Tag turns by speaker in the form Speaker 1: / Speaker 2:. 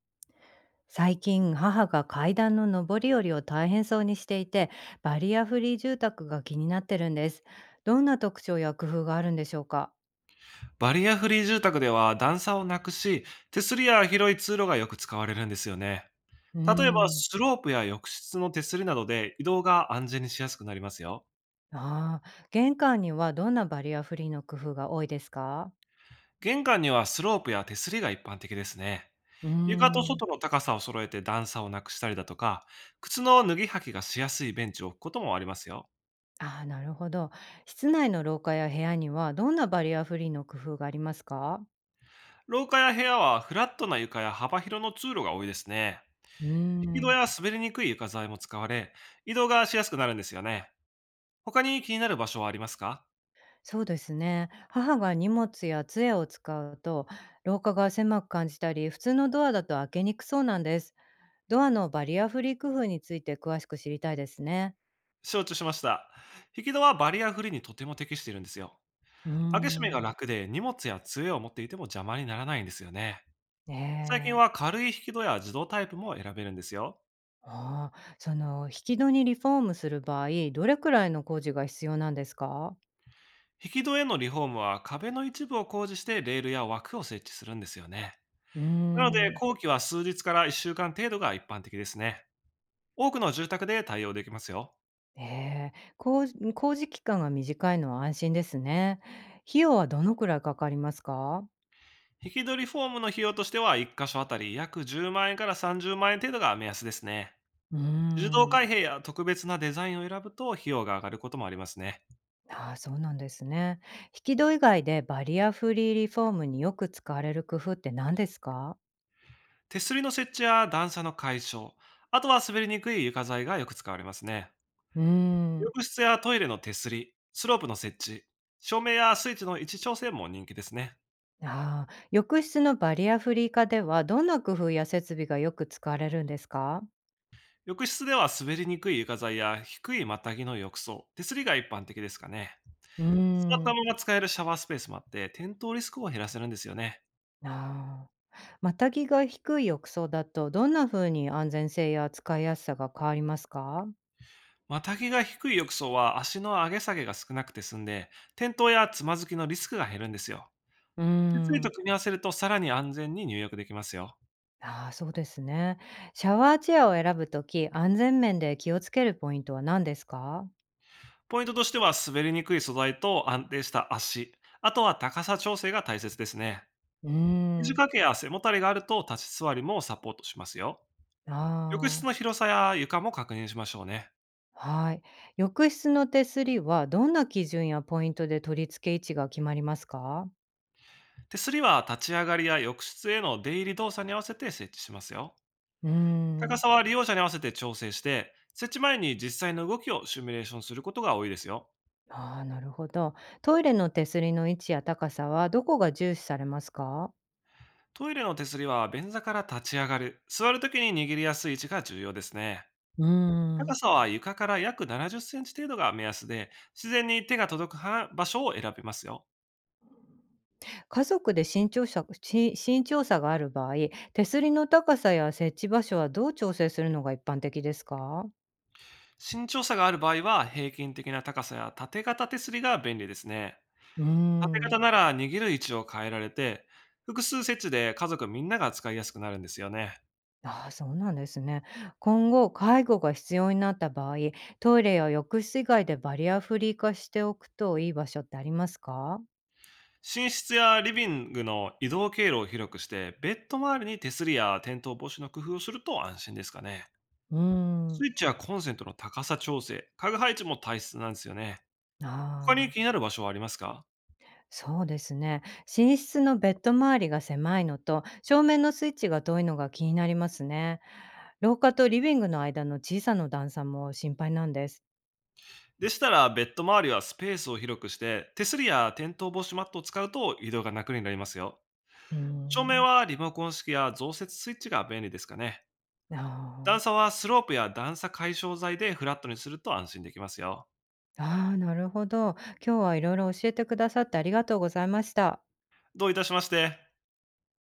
Speaker 1: 最近母が階段の上り下りを大変そうにしていて、バリアフリー住宅が気になってるんです。どんな特徴や工夫があるんでしょうか？
Speaker 2: バリアフリー住宅では段差をなくし、手すりや広い通路がよく使われるんですよね。
Speaker 1: うー
Speaker 2: 例えば、
Speaker 1: ん。
Speaker 2: スロープや浴室の手すりなどで移動が安全にしやすくなりますよ。
Speaker 1: ああー、玄関にはどんなバリアフリーの工夫が多いですか？
Speaker 2: 玄関にはスロープや手すりが一般的ですね。
Speaker 1: うー
Speaker 2: 床と
Speaker 1: ん。
Speaker 2: 外の高さを揃えて段差をなくしたりだとか、靴の脱ぎ履きがしやすいベンチを置くこともありますよ。
Speaker 1: ああー、なるほど。室内の廊下や部屋にはどんなバリアフリーの工夫がありますか？
Speaker 2: 廊下や部屋はフラットな床や幅広の通路が多いですね。
Speaker 1: うー
Speaker 2: 引き戸
Speaker 1: ん。
Speaker 2: や滑りにくい床材も使われ、移動がしやすくなるんですよね。他に気になる場所はありますか？
Speaker 1: そうですね、母が荷物や杖を使うと廊下が狭く感じたり、普通のドアだと開けにくそうなんです。ドアのバリアフリー工夫について詳しく知りたいですね。
Speaker 2: 承知しました。引き戸はバリアフリーにとても適しているんですよ。
Speaker 1: うー
Speaker 2: 開け閉めが
Speaker 1: ん。
Speaker 2: 楽で荷物や杖を持っていても邪魔にならないんですよね。最近
Speaker 1: ねえ。
Speaker 2: は軽い引き戸や自動タイプも選べるんですよ。
Speaker 1: ああ、引き戸にリフォームする場合、どれくらいの工事が必要なんですか？
Speaker 2: 引き戸へのリフォームは壁の一部を工事してレールや枠を設置するんですよね。
Speaker 1: うー
Speaker 2: なので、
Speaker 1: ん。
Speaker 2: 工期は数日から1週間程度が一般的ですね。多くの住宅で対応できますよ。
Speaker 1: ええ、工事期間が短いのは安心ですね。費用はどのくらいかかりますか？
Speaker 2: 引き戸リフォームの費用としては、1箇所あたり約10万円から30万円程度が目安ですね。
Speaker 1: うー
Speaker 2: 自動
Speaker 1: ん。
Speaker 2: 開閉や特別なデザインを選ぶと、費用が上がることもありますね。
Speaker 1: ああ、そうなんですね。引き戸以外でバリアフリーリフォームによく使われる工夫って何ですか？
Speaker 2: 手すりの設置や段差の解消、あとは滑りにくい床材がよく使われますね。
Speaker 1: うーん。
Speaker 2: 浴室やトイレの手すり、スロープの設置、照明やスイッチの位置調整も人気ですね。
Speaker 1: ああ、浴室のバリアフリー化では、どんな工夫や設備がよく使われるんですか？
Speaker 2: 浴室では滑りにくい床材や低いまたぎの浴槽、手すりが一般的ですかね。
Speaker 1: うー
Speaker 2: 座った
Speaker 1: ん。
Speaker 2: まま使えるシャワースペースもあって、転倒リスクを減らせるんですよね。
Speaker 1: ああ、またぎが低い浴槽だと、どんな風に安全性や使いやすさが変わりますか？
Speaker 2: またぎが低い浴槽は足の上げ下げが少なくて済んで、転倒やつまずきのリスクが減るんですよ。
Speaker 1: うー
Speaker 2: 手すりと
Speaker 1: ん。
Speaker 2: 組み合わせると、さらに安全に入浴できますよ。
Speaker 1: ああ、そうですね。シャワーチェアを選ぶとき、安全面で気をつけるポイントは何ですか？
Speaker 2: ポイントとしては、滑りにくい素材と安定した足、あとは高さ調整が大切ですね。
Speaker 1: うー
Speaker 2: 肘
Speaker 1: ん。
Speaker 2: 掛けや背もたれがあると、立ち座りもサポートしますよ。
Speaker 1: あ
Speaker 2: 浴室
Speaker 1: あ、
Speaker 2: の広さや床も確認しましょうね。
Speaker 1: はい。浴室の手すりは、どんな基準やポイントで取り付け位置が決まりますか？
Speaker 2: 手すりは立ち上がりや浴室への出入り動作に合わせて設置しますよ。
Speaker 1: うー
Speaker 2: 高
Speaker 1: ん。
Speaker 2: さは利用者に合わせて調整して、設置前に実際の動きをシミュレーションすることが多いですよ。
Speaker 1: ああ、なるほど。トイレの手すりの位置や高さはどこが重視されますか？
Speaker 2: トイレの手すりは便座から立ち上がる、座るときに握りやすい位置が重要ですね。
Speaker 1: うー
Speaker 2: 高
Speaker 1: ん。
Speaker 2: さは床から約70センチ程度が目安で、自然に手が届くは場所を選べますよ。
Speaker 1: 家族で身長差がある場合、手すりの高さや設置場所はどう調整するのが一般的ですか？
Speaker 2: 身長差がある場合は、平均的な高さや縦型手すりが便利ですね。
Speaker 1: うー
Speaker 2: 縦
Speaker 1: ん。
Speaker 2: 型なら握る位置を変えられて、複数設置で家族みんなが使いやすくなるんですよね。
Speaker 1: ああ、そうなんですね。今後、介護が必要になった場合、トイレや浴室以外でバリアフリー化しておくといい場所ってありますか？
Speaker 2: 寝室やリビングの移動経路を広くして、ベッド周りに手すりや転倒防止の工夫をすると安心ですかね。
Speaker 1: うーん。
Speaker 2: スイッチやコンセントの高さ調整、家具配置も大切なんですよね。他に
Speaker 1: あ
Speaker 2: 気
Speaker 1: あ。
Speaker 2: になる場所はありますか？
Speaker 1: そうですね。寝室のベッド周りが狭いのと、正面のスイッチが遠いのが気になりますね。廊下とリビングの間の小さな段差も心配なんです。
Speaker 2: でしたら、ベッド周りはスペースを広くして、手すりや転倒防止マットを使うと移動が楽になりますよ。
Speaker 1: うー
Speaker 2: 照明
Speaker 1: ん。
Speaker 2: はリモコン式や増設スイッチが便利ですかね。
Speaker 1: あ
Speaker 2: 段差
Speaker 1: あ。
Speaker 2: はスロープや段差解消剤でフラットにすると安心できますよ。
Speaker 1: ああ、なるほど。今日はいろいろ教えてくださってありがとうございました。
Speaker 2: どういたしまして。